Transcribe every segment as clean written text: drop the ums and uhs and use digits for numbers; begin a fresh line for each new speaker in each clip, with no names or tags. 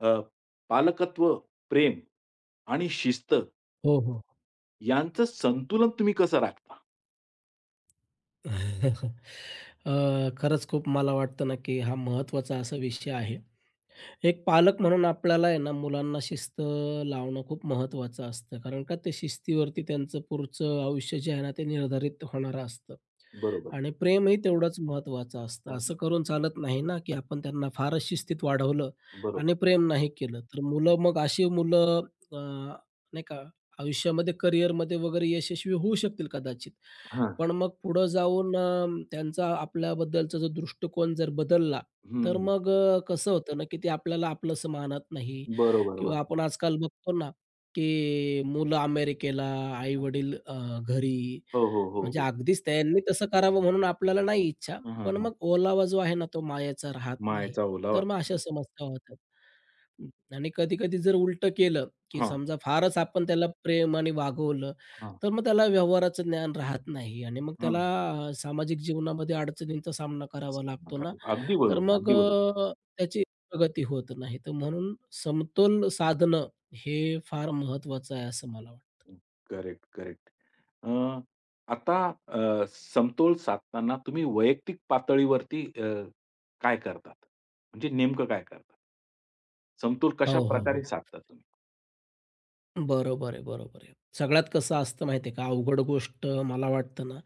अ, पालकत्व, प्रेम आणि शिस्त
हो, हो.
यांचं संतुलन तुम्ही कसं राखता?
खरंच खूप मला वाटतं ना, की हा महत्त्वाचा असा विषय आहे. एक पालक म्हणून आपल्याला आहे ना, मुलांना शिस्त लावणं खूप महत्त्वाचं असतं. कारण का, ते शिस्तीवरती त्यांचं पुढचं आयुष्य जे आहे ना, ते निर्धारित होणारं असतं.
बरोबर.
आणि प्रेमही तेवढंच महत्त्वाचं असतं.
हां,
असं करून चालत नाही ना, की आपण त्यांना फारच शिस्तीत वाढवलं
बरोबर.
आणि प्रेम नाही केलं. तर मुलं मग अशी मुलं अ, नाही का, आयुष्यामध्ये करिअरमध्ये वगैरे यशस्वी होऊ शकतील कदाचित.
हां.
पण मग पुढं जाऊन त्यांचा आपल्याबद्दलचा जो दृष्टिकोन जर बदलला, तर
हं,
मग कसं होतं ना, की ते आपल्याला आपलंसं मानत नाही
बरोबर, बरोबर.
किंवा आपण आजकाल बघतो ना, की मुलं अमेरिकेला, आई-वडील घरी.
हो, हो, हो,
म्हणजे
हो.
अगदीच त्यांनी तसं करावं म्हणून आपल्याला नाही इच्छा,
हं,
पण
हं,
मग ओलावा जो आहे ना, तो मायेचा राहत नाही.
मायेचा ओलावा.
तर मग अशा समस्या होतात. हम्म. आणि कधी-कधी जर उलटं केलं, की
हां,
समजा फारच आपण त्याला प्रेमाने वागवलं
हां,
तर मग त्याला व्यवहाराचं ज्ञान राहत नाही आणि मग
हं.
त्याला सामाजिक जीवनामध्ये अडचणींचा सामना करावा लागतो ना,
अगदी
तर
बरोबर,
मग
अगदी बरोबर.
त्याची प्रगती होत नाही. तर म्हणून समतोल साधणं हे फार महत्वाचं आहे असं मला वाटतं.
Correct, correct. अ, आता समतोल साधताना तुम्ही वैयक्तिक पातळीवरती काय करतात? म्हणजे नेमकं काय करतात? समतोल
हो, हो, हो.
कशाप्रकारे साधता तुम्ही?
बरोबर आहे, बरोबर आहे. सगळ्यात कसं असतं माहिती आहे का, अवघड गोष्ट मला वाटतं ना,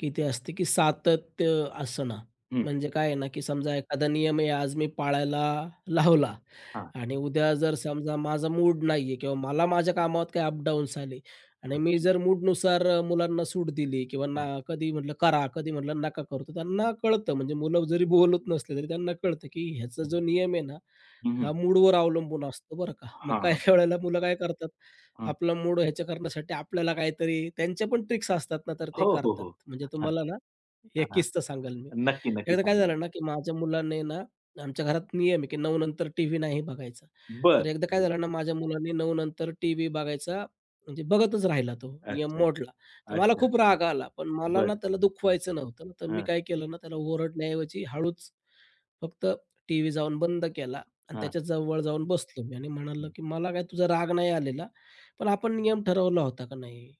की ते असते की सातत्य असणं.
हं.
म्हणजे काय आहे ना, की समजा एखादा नियम आहे आज मी पाळायला लावला
हां.
आणि उद्या जर समजा माझा मूड नाही किंवा मला माझ्या कामात काही अपडाऊन्स आले आणि मी
अच्छा.
जर मूडनुसार मुलांना सूट दिली किंवा ना
हां.
कधी म्हटलं करा, कधी म्हटलं नका करू, तर त्यांना कळतं. म्हणजे मुलं जरी बोलत नसले तरी त्यांना कळतं, की ह्याचा जो
हं.
नियम आहे ना,
हं, हं.
हा मूडवर अवलंबून असतो बरं का. मग
हां,
काही
हां.
वेळेला मुलं काय करतात,
हं.
आपला मूड ह्याच्या करण्यासाठी आपल्याला काहीतरी त्यांच्या पण ट्रिक्स असतात ना, तर
हो,
ते
हो,
करतात.
हो.
म्हणजे
हां,
तुम्हाला ना,
हां,
एक
हां.
किस्सा सांगाल मी.
नक्की, नक्की
एकदा काय
सांगा ना.
झालं ना, की माझ्या मुलाने ना आमच्या घरात नियम आहे, की 9 नंतर टीव्ही नाही बघायचा.
बरं,
तर एकदा काय
बरं.
झालं ना, माझ्या मुलाने 9 नंतर टीव्ही बघायचा म्हणजे बघतच राहिला तो, नियम
अच्छा,
मोडला. तर मला
अच्छा.
खूप राग आला, पण मला ना
बरं.
त्याला दुखवायचं नव्हतं ना, तर मी
हां,
काय केलं ना, त्याला ओरडण्याऐवजी हळूच फक्त टीव्ही जाऊन बंद केला आणि
हां,
त्याच्या जवळ जाऊन बसलो मी आणि म्हणालो,
हं.
की "मला काय तुझा राग नाही आलेला, पण आपण नियम ठरवला होता का नाही?"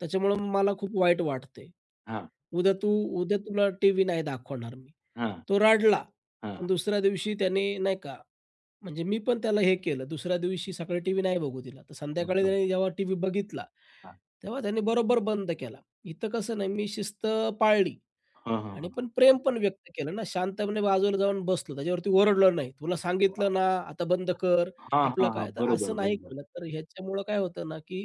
त्याच्यामुळं मला खूप वाईट वाटते,
हां,
उद्या तू उद्या तुला टीव्ही नाही दाखवणार मी."
हां,
तो रडला.
हां, हां.
पण दुसऱ्या दिवशी त्याने नाही का, म्हणजे मी पण त्याला हे केलं. दुसऱ्या दिवशी सकाळी टीव्ही नाही बघू दिला. तर संध्याकाळी
बरं.
त्याने जेव्हा टीव्ही बघितला,
हां.
तेव्हा त्याने बरोबर बंद केला. इथं कसं नाही, मी शिस्त पाळली
हां, हां,
आणि
हां.
पण प्रेम पण व्यक्त केलं ना. शांतपणे बाजूला जाऊन बसलो. त्याच्यावरती ओरडलो नाही. "तुला
वाह!
सांगितलं ना, आता बंद कर."
हां, हां,
आपलं
हां.
काय तर
बरोबर,
असं नाही
बरोबर.
केलं. तर ह्याच्यामुळं काय होतं ना, की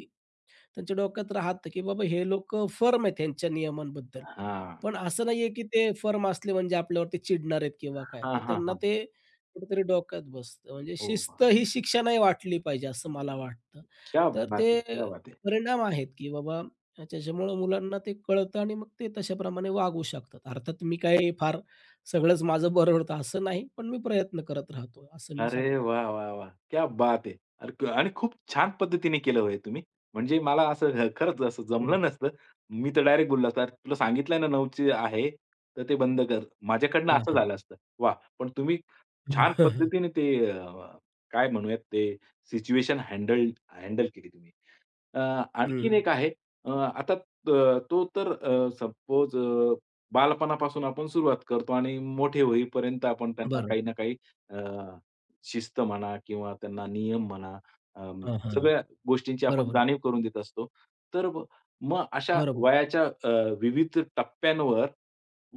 त्यांच्या डोक्यात राहतं, की बाबा हे लोकं फर्म आहेत ह्यांच्या नियमांबद्दल.
हां.
पण असं नाहीये, की ते फर्म असले म्हणजे आपल्यावरती चिडणार आहेत किंवा काय.
हां,
तर
हां,
त्यांना
हां.
ते कुठेतरी डोक्यात बसतं. म्हणजे
हो. हो.
शिस्त ही शिक्षा नाही वाटली पाहिजे असं मला वाटतं.
क्या
तर
बात है!
ते
क्या बात है!
परिणाम आहेत, की बाबा त्याच्यामुळं मुलांना ते कळतं आणि मग ते तशाप्रमाणे वागू शकतात. अर्थात मी काही फार सगळंच माझं बरं होतं असं नाही, पण मी प्रयत्न करत राहतो असं मी
अरे
सांगेल.
वाह! वाह! वाह! क्या बात है! आणि खूप छान पद्धतीने केलं हो हे तुम्ही. म्हणजे मला असं खरंच असं
हो.
जमलं नसतं. मी तर डायरेक्ट बोललो असतो, "अरे तुला सांगितलंय ना 9ची आहे, तर ते बंद कर." माझ्याकडनं
हां,
असं
हां.
झालं असतं. वाह! पण तुम्ही छान
हं.
पद्धतीने ते काय म्हणूयात ते सिच्युएशन हँडल हँडल केली तुम्ही. अ, आणखीन एक आहे आता तो तर सपोज बालपणापासून आपण सुरुवात करतो आणि मोठे होईपर्यंत आपण त्यांना
बरोबर.
काही ना काही अ, शिस्त म्हणा किंवा त्यांना नियम म्हणा, अं,
हां, हां.
सगळ्या गोष्टींची आपण
बरोबर.
जाणीव करून देत असतो. तर मग अशा
बरोबर आहे.
वयाच्या अ, विविध टप्प्यांवर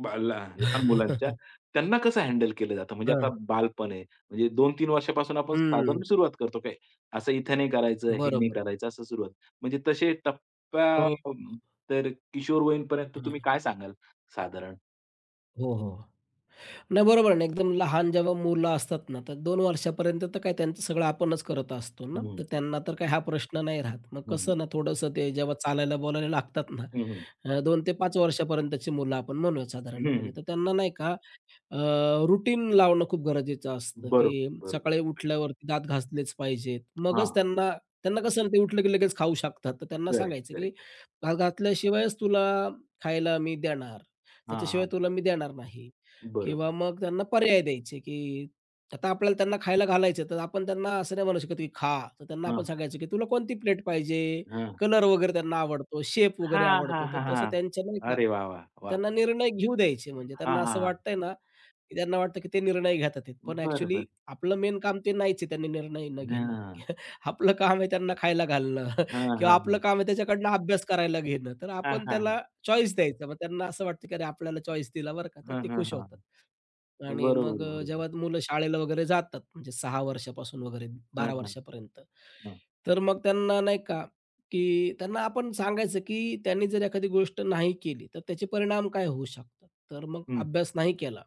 बा ला लहान मुलांच्या त्यांना कसं हँडल केलं जातं? म्हणजे आता
हां.
बालपण आहे, म्हणजे 2-3 वर्षापासून आपण साधारण
हं.
सुरुवात करतो, काय असं इथं नाही करायचं, हे नाही
बरोबर आहे.
करायचं असं सुरुवात म्हणजे तसे टप्पा
हो,
अं,
हो.
तर किशोरवयीन पर्यंत तुम्ही
हं.
काय सांगाल साधारण?
हो, हो. नाही बरोबर आहे ना, एकदम लहान जेव्हा मुलं असतात ना, तर 2 वर्षापर्यंत तर काय त्यांचं सगळं आपणच करत असतो ना,
हं, हं.
तर त्यांना तर काही हा प्रश्न नाही राहत. मग कसं ना थोडंसं ते जेव्हा चालायला बोलायला लागतात ना,
हं, हं.
2 ते 5 वर्षापर्यंतची मुलं आपण म्हणूया साधारणपणे,
हं,
तर त्यांना नाही का अ, रुटीन लावणं खूप गरजेचं असतं,
बरोबर,
की
बरोबर.
सकाळी उठल्यावरती दात घासलेच पाहिजेत. मगच
हां.
त्यांना त्यांना कसं ना ते उठलं की लगेच खाऊ शकतात. तर त्यांना
करेक्ट,
सांगायचं, की
करेक्ट.
दात घासल्याशिवायच तुला खायला मी देणार.
हां,
त्याच्याशिवाय
हां.
तुला मी देणार नाही किंवा
बरोबर.
मग त्यांना पर्याय द्यायचे, की आता आपल्याला त्यांना खायला घालायचं, तर आपण त्यांना असं नाही म्हणू शकत, की खा. तर त्यांना आपण
हां,
सांगायचं, की तुला कोणती प्लेट पाहिजे?
हां.
कलर वगैरे त्यांना आवडतो, शेप वगैरे
हां, हां,
आवडतो. तर
हां,
तसं
हां.
त्यांच्या नाही का
अरे वाह, वाह, वाह!
त्यांना निर्णय घेऊ द्यायचे. म्हणजे
हां,
त्यांना असं
हां, हां.
वाटतंय ना, की त्यांना वाटतं की ते निर्णय घेतात आहेत. पण
बरं,
ॲक्च्युअली
बरं.
आपलं मेन काम ते नाहीच आहे त्यांनी निर्णय न घेणं.
हां.
आपलं काम आहे त्यांना खायला घालणं
हां,
किंवा
हां,
आपलं
हां.
काम आहे त्याच्याकडनं अभ्यास करायला घेणं. तर
हां,
आपण
हां.
त्याला चॉईस द्यायचं. मग त्यांना असं वाटतं की अरे आपल्याला चॉईस दिला बरं का, तर
हां,
ते
हां,
खुश होतात.
हां.
आणि
बरोबर,
मग
बरोबर.
जेव्हा मुलं शाळेला वगैरे जातात म्हणजे 6 वर्षापासून वगैरे
हां,
12
हां,
वर्षापर्यंत.
हां.
तर मग त्यांना नाही का, की त्यांना आपण सांगायचं की त्यांनी जर एखादी गोष्ट नाही केली, तर त्याचे परिणाम काय होऊ शकतात. तर मग
हं.
अभ्यास नाही केला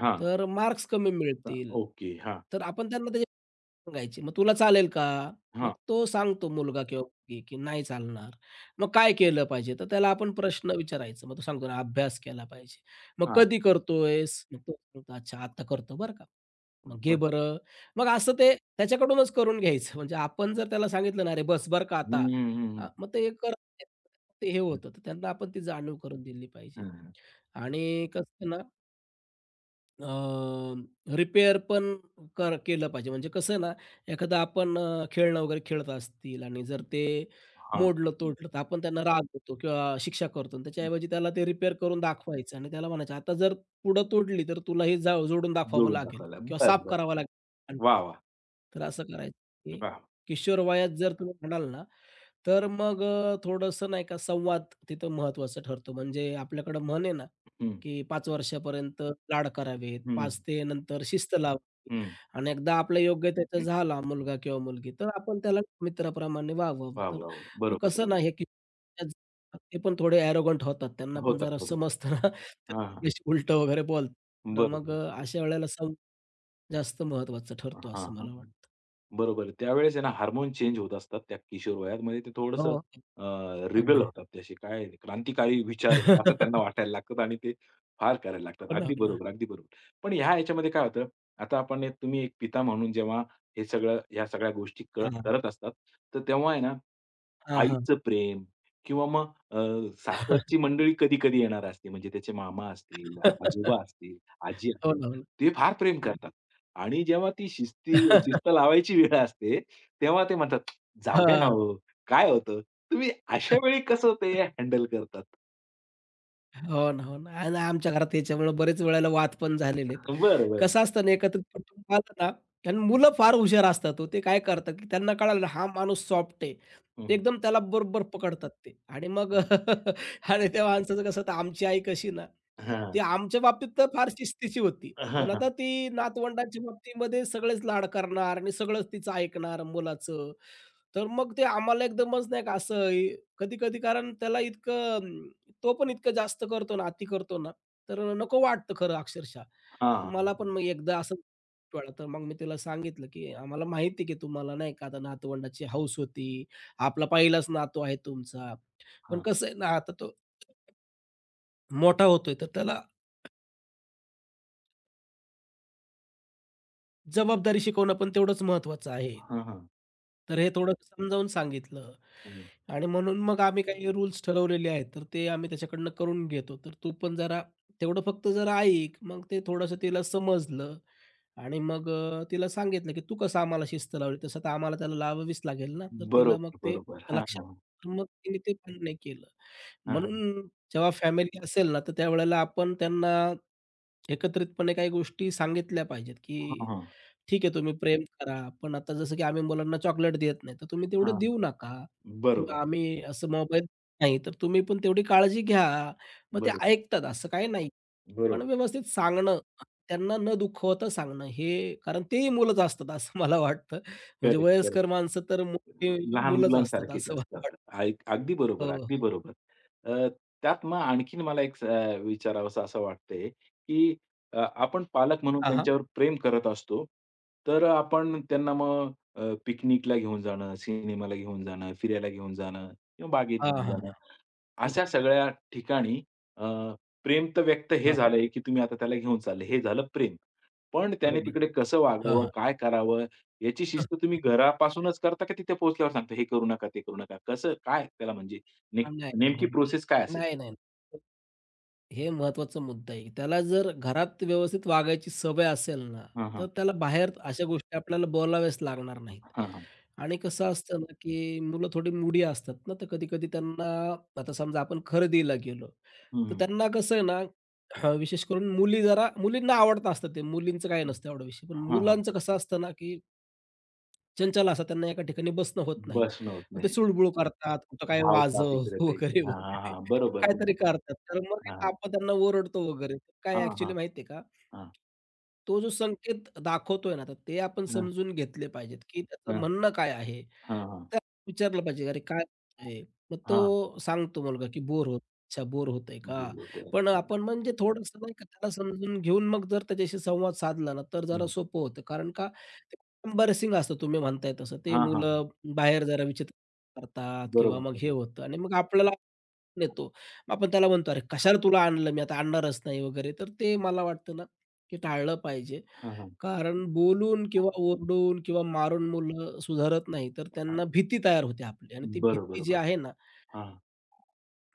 हां.
तर मार्क्स कमी
अ,
मिळतील.
ओके. हां,
तर आपण त्यांना ते सांगायचे. "मग तुला चालेल का?"
हां.
मग तो सांगतो मुलगा किंवा मुलगी, की "नाही चालणार." मग काय केलं पाहिजे? तर त्याला आपण प्रश्न विचारायचा. मग तो सांगतो ना, "अभ्यास केला पाहिजे." "मग
हां.
कधी करतोयस?" मग तो सांगतो, "अच्छा, आता करतो बरं का." "मग घे
बरं.
बरं." मग असं ते त्याच्याकडूनच करून घ्यायचं. म्हणजे आपण जर त्याला सांगितलं ना, "अरे बस बरं का
हं,
आता."
हं, हं,
मग ते करत नाहीत. ते हे
हं.
होतं. तर त्यांना आपण ती जाणीव करून दिली पाहिजे
हं,
आणि कसं ना अ, रिपेअर पण केलं पाहिजे. म्हणजे कसं आहे ना, एखादं आपण खेळणं वगैरे खेळत असतील आणि जर ते
हां.
मोडलं, हं. तोडलं, तर आपण त्यांना रागवतो किंवा शिक्षा करतो आणि त्याच्याऐवजी त्याला ते रिपेअर करून दाखवायचं आणि त्याला म्हणायचं, "आता जर पुढं तोडली, तर तुला हे जा जोडून दाखवावं
जोडून
लागेल
दाखवायला.
किंवा
बरं,
साफ
बरं.
करावं लागेल."
वाह! वाह!
तर असं करायचं, की
वाह!
किशोर वयात जर तुम्ही म्हणाल ना, तर मग थोडंसं नाही का संवाद तिथं महत्त्वाचं ठरतो. म्हणजे आपल्याकडं म्हण आहे ना,
हं.
की 5 वर्षापर्यंत लाड करावेत,
हं.
5 ते नंतर शिस्त लावावी
हं.
आणि एकदा आपला योग्य त्याचा
हं.
झाला मुलगा किंवा मुलगी, तर आपण त्याला मित्राप्रमाणे वागवावं.
वाह!
तर
वाह! वाह!
मग
बरोबर,
कसं
बरोबर.
ना हे कि ते पण थोडे ॲरोगंट होतात. त्यांना पण
होतात,
जरा
होतात.
समजतं ना,
हां, हां.
तर वगैरे बोलतात. तर मग
बरोबर.
अशा वेळेला सम जास्त महत्त्वाचा ठरतो
हां,
असं
हां.
मला वाटतं.
बरोबर. त्यावेळेस आहे ना, हार्मोन चेंज होत असतात त्या किशोर वयामध्ये ते
हो,
थोडंसं
हो.
अ, रिबेल
अगदी.
होतात ते असे काय क्रांतिकारी विचार आहेत, असं त्यांना वाटायला लागतात आणि ते फार करायला लागतात.
हो ना, हो
अगदी
ना.
बरोबर, अगदी बरोबर. पण ह्याच्यामध्ये काय होतं, आता आपण तुम्ही एक पिता म्हणून जेव्हा हे सगळं ह्या सगळ्या गोष्टी
हां.
करत असतात, तर तेव्हा आहे ना,
हां, हां.
आईचं प्रेम किंवा मग सासरची मंडळी कधी-कधी येणार असते. म्हणजे त्याचे मामा असतील, आजोबा असतील, आजी
हो
असतील,
ना, हो ना.
ते फार प्रेम
हं.
करतात. आणि जेव्हा ती
हां.
शिस्त लावायची वेळ असते, तेव्हा ते म्हणतात, "जाऊ द्या ना हो, काय होतं?" तुम्ही अशा वेळी कसं ते हँडल करतात?
हो ना, हो ना. आणि आमच्या घरात याच्यामुळे बरेच वेळेला वाद पण झालेले आहेत.
बरं, बरं.
कसं असतं ना, एकत्रित कुटुंब आलं ना आणि मुलं फार हुशार असतात हो. ते काय करतात, की त्यांना कळालं ना हा माणूस सॉफ्ट आहे.
हं,
ते
हं.
एकदम त्याला बरोबर पकडतात ते आणि मग
हं.
आणि त्या माणसाचं कसं होतं आमची आई कशी ना,
हां.
ती आमच्या बाबतीत तर फार शिस्तीची होती.
हां,
पण आता
हां.
ती नातवंडांच्या बाबतीमध्ये सगळेच लाड करणार आणि सगळंच तिचं ऐकणार मुलाचं. तर मग ते आम्हाला एकदमच नाही का असं कधी-कधी कारण त्याला इतकं तो पण इतकं जास्त करतो ना, अति करतो ना, तर नको वाटतं खरं अक्षरशः.
हां,
तर
हां.
मला पण मग एकदा असंच वेळा तर मग मी तिला सांगितलं, की "आम्हाला माहिती की तुम्हाला नाही का आता नातवंडाची हौस होती. आपला पहिलाच नातू आहे तुमचा. पण कसं आहे ना, आता तो मोठा होतोय, तर त्याला जबाबदारी शिकवणं पण तेवढंच महत्त्वाचं आहे."
हां, हां.
तर हे थोडं समजावून सांगितलं.
हं.
आणि म्हणून मग आम्ही काही रूल्स ठरवलेले आहेत, तर ते आम्ही त्याच्याकडनं करून घेतो. तर तू पण जरा तेवढं फक्त जरा ऐक. मग ते थोडंसं तिला समजलं आणि मग तिला सांगितलं, की "तू कसं आम्हाला शिस्त लावली, तसं तर आम्हाला त्याला लावावीच लागेल ना." तर तिला मग
बरोबर,
ते
बरोबर. हां,
लक्षात
हां.
आलं, मग तिने ते पण नाही केलं.
हां, हां.
म्हणून जेव्हा फॅमिली असेल ना, तर त्यावेळेला आपण त्यांना एकत्रितपणे काही गोष्टी सांगितल्या पाहिजेत,
हां,
की
हां.
ठीक आहे तुम्ही प्रेम करा, पण आता जसं की आम्ही मुलांना चॉकलेट देत नाही, तर तुम्ही तेवढं
हां.
देऊ नका. किंवा
बरोबर,
आम्ही असं मोबाईल नाही, तर तुम्ही पण तेवढी काळजी घ्या. मग ते
बरोबर,
ऐकतात असं काही नाही. पण
बरोबर.
व्यवस्थित सांगणं, त्यांना न दुखवता सांगणं हे कारण तेही मुलंच असतात असं मला वाटतं. म्हणजे
करेक्ट,
वयस्कर
करेक्ट.
माणसं तर मोठी
लहान
मुलंच असतात
मुलांसारखेच
असं मला
असतात.
वाटतं.
अगदी बरोबर,
हो,
अगदी
हो.
बरोबर. अ, त्यात मग आणखीन मला एक विचारावसं असं वाटतंय, की आपण पालक म्हणून
हां, हां.
त्यांच्यावर प्रेम करत असतो. तर आपण त्यांना मग पिकनिकला घेऊन जाणं, सिनेमाला घेऊन जाणं, फिरायला घेऊन जाणं किंवा बागेत
हां,
घेऊन
हां.
जाणं अशा
बरोबर.
सगळ्या ठिकाणी अ, प्रेम तर व्यक्त हे
हां, हां.
झालंय, की तुम्ही आता त्याला घेऊन चालले. हे झालं प्रेम. पण त्याने
बरोबर.
तिकडे कसं
हां,
वागावं,
हां.
काय करावं याची शिस्त तुम्ही घरापासूनच करता का तिथे पोहोचल्यावर सांगता, हे करू नका, ते करू नका? कसं काय त्याला म्हणजे नेक
नाही, नाही.
नेमकी
बरोबर.
प्रोसेस काय असेल?
नाही, नाही. हे महत्त्वाचा मुद्दा आहे. त्याला जर घरात व्यवस्थित वागायची सवय असेल ना,
हां,
तर
हां.
त्याला बाहेर अशा गोष्टी आपल्याला बोलाव्याच लागणार नाहीत.
हां, हां.
आणि कसं असतं ना, की मुलं थोडी मुडी असतात ना, तर कधी-कधी त्यांना आता समजा आपण खरेदीला गेलो,
हं,
तर
हं.
त्यांना कसं आहे ना, हां, विशेष करून मुली जरा मुलींना आवडतं असतं ते, मुलींचं काही
हं.
नसतं एवढा विषय. पण
हां,
मुलांचं कसं असतं ना, की चंचल असतात, त्यांना एका ठिकाणी बसणं होत नाही.
बसणं होत
मग ते
नाही.
सूळबुळ करतात, कुठं काय
धावतात
वाजव
इकडे ते इकडे.
वगैरे,
हां, हां,
वगैरे
हां. बरोबर,
काहीतरी
बरोबर.
करतात. तर मग
हां, हां.
आपण त्यांना ओरडतो वगैरे. काय
हां, हां.
ॲक्चुअली माहिती आहे का?
हां.
तो जो संकेत दाखवतोय ना, तर ते आपण
हां,
समजून घेतले पाहिजेत, की त्याचं
हां.
म्हणणं काय आहे?
हां, हां.
त्याला विचारलं पाहिजे, "अरे काय होतंय?" मग तो सांगतो मुलगा, की "बोर होत अच्छा बोर होतंय का?"
बरोबर.
पण
अच्छा.
आपण म्हणजे थोडंसं नाही का त्याला समजून घेऊन मग जर त्याच्याशी संवाद साधला ना, तर जरा
हं.
सोपं होतं. कारण का एम्बॅरसिंग असतं तुम्ही म्हणताय तसं. ते
हां, हां.
मुलं बाहेर जरा विचित्र करतात किंवा
बरोबर,
मग हे
बरोबर.
होतं आणि मग आपल्याला नेतो. मग आपण त्याला म्हणतो, "अरे कशाला तुला आणलं? मी आता आणणारच नाही" वगैरे. तर ते मला वाटतं ना, की टाळलं पाहिजे.
हां, हां.
कारण बोलून किंवा ओरडून किंवा मारून मुलं सुधारत नाही, तर त्यांना
आ-
भीती तयार होते आपली आणि ती
बरोबर,
भीती जी
बरोबर.
आहे ना
हां.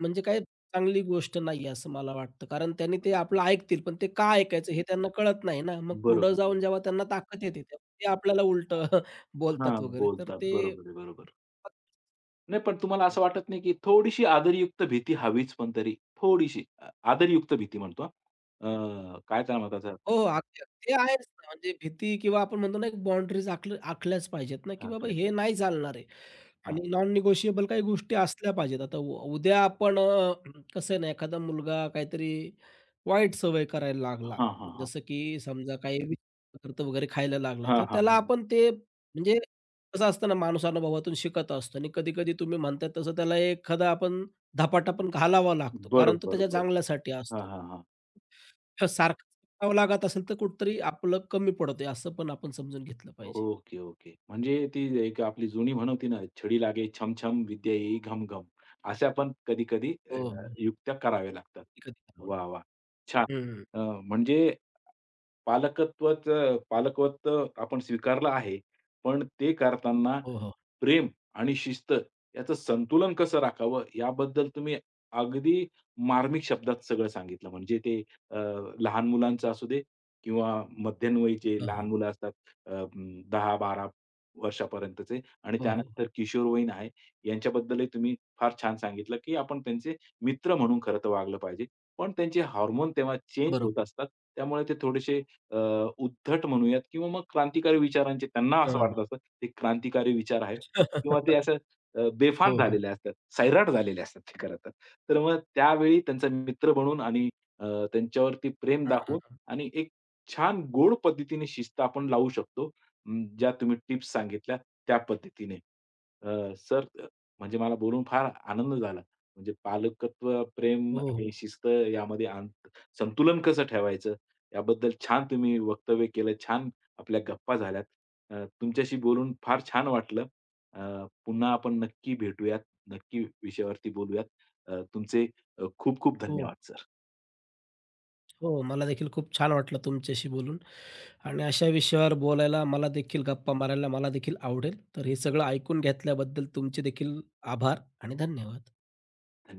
म्हणजे काय चांगली गोष्ट नाही असं मला वाटतं. कारण त्यांनी ते आपलं ऐकतील, पण ते का ऐकायचं हे त्यांना कळत नाही ना. मग पुढं
बरोबर,
जाऊन
बरोबर.
जेव्हा त्यांना ताकद येते, तेव्हा ते आपल्याला उलटं बोलतात
हां,
वगैरे. तर
बोलतात.
ते
बरोबर आहे, बरोबर. नाही, पण तुम्हाला
हं.
असं वाटत नाही, की थोडीशी आदरयुक्त भीती हवीच पण तरी थोडीशी आदरयुक्त भीती म्हणतो हां. काय त्याला म्हणतात आपलं
हो, अगदी, अगदी. ते आहेच ना, म्हणजे भीती किंवा आपण म्हणतो ना, एक बाउंडरीज आखल्याच पाहिजेत ना, की
हां,
बाबा
आपल्या
हे
पाहिजे.
नाही चालणार आहे.
हां,
आणि नॉन निगोशिएबल काही गोष्टी असल्या पाहिजेत. आता उद्या आपण कसं आहे ना, एखादा मुलगा काहीतरी वाईट सवय करायला लागला,
हां, हां, हां.
जसं की समजा काही विषारी पदार्थ वगैरे खायला लागला,
हां,
तर
हां,
त्याला
हां.
आपण ते म्हणजे कसं असतं ना, माणूस अनुभवातून शिकत असतो आणि कधी-कधी तुम्ही म्हणताय तसं त्याला एखादा आपण धपाटा पण घालावा लागतो, कारण
बरोबर,
तो त्याच्या
बरोबर.
चांगल्यासाठी
हां,
असतो.
हां, हां.
तर सारखं करावं लागत असेल, तर कुठेतरी आपलं कमी पडतंय, असं पण आपण समजून घेतलं पाहिजे.
Okay, okay. म्हणजे ती एक आपली जुनी म्हण होती ना, "छडी लागे छमछम, विद्या येई घमघम." अशा पण कधी-कधी
हो, हो.
युक्त्या कराव्या लागतात.
कधी-कधी.
वाह, वाह! छान.
हं, हं.
म्हणजे पालकत्व आपण स्वीकारलं आहे. पण ते करताना
हो, हो.
प्रेम आणि शिस्त याचं संतुलन कसं राखावं याबद्दल तुम्ही अगदी मार्मिक शब्दात सगळं सांगितलं. म्हणजे ते अ, लहान मुलांचं असू दे किंवा मध्यमवयीचे
हां, हां.
लहान मुलं असतात 10-12 वर्षापर्यंतचे आणि
हो, हो.
त्यानंतर किशोरवयीन आहे. यांच्याबद्दलही तुम्ही फार छान सांगितलं, की आपण त्यांचे मित्र म्हणून खरं तर वागलं पाहिजे. पण त्यांचे हार्मोन तेव्हा चेंज होत
बरोबर.
असतात. त्यामुळे ते थोडेसे अ, उद्धट म्हणूयात किंवा मग क्रांतिकारी विचारांचे त्यांना असं
हां.
वाटत असतं, ते क्रांतिकारी विचार आहेत किंवा ते असं बेफाम
हो, हो.
झालेले असतात, सैराट झालेले असतात ते खरं तर. तर मग त्यावेळी त्यांचा मित्र बनून आणि अ, त्यांच्यावरती प्रेम
हां,
दाखवून
हां.
आणि एक छान गोड पद्धतीने शिस्त आपण लावू शकतो. ज्या तुम्ही टिप्स सांगितल्या त्या पद्धतीने. सर म्हणजे मला बोलून फार आनंद झाला. म्हणजे पालकत्व, प्रेम
हो,
आणि शिस्त यामध्ये आंत संतुलन कसं ठेवायचं याबद्दल छान तुम्ही वक्तव्य केलं. छान आपल्या गप्पा झाल्यात. तुमच्याशी बोलून फार छान वाटलं. अ, पुन्हा आपण नक्की भेटूयात. नक्की विषयावरती बोलूयात. तुमचे खूप खूप
हो,
धन्यवाद सर.
हो. मला देखील खूप छान वाटलं तुमच्याशी बोलून आणि अशा विषयावर बोलायला मला देखील गप्पा मारायला मला देखील आवडेल. तर हे सगळं ऐकून घेतल्याबद्दल तुमचे देखील आभार आणि धन्यवाद.
धन्यवाद.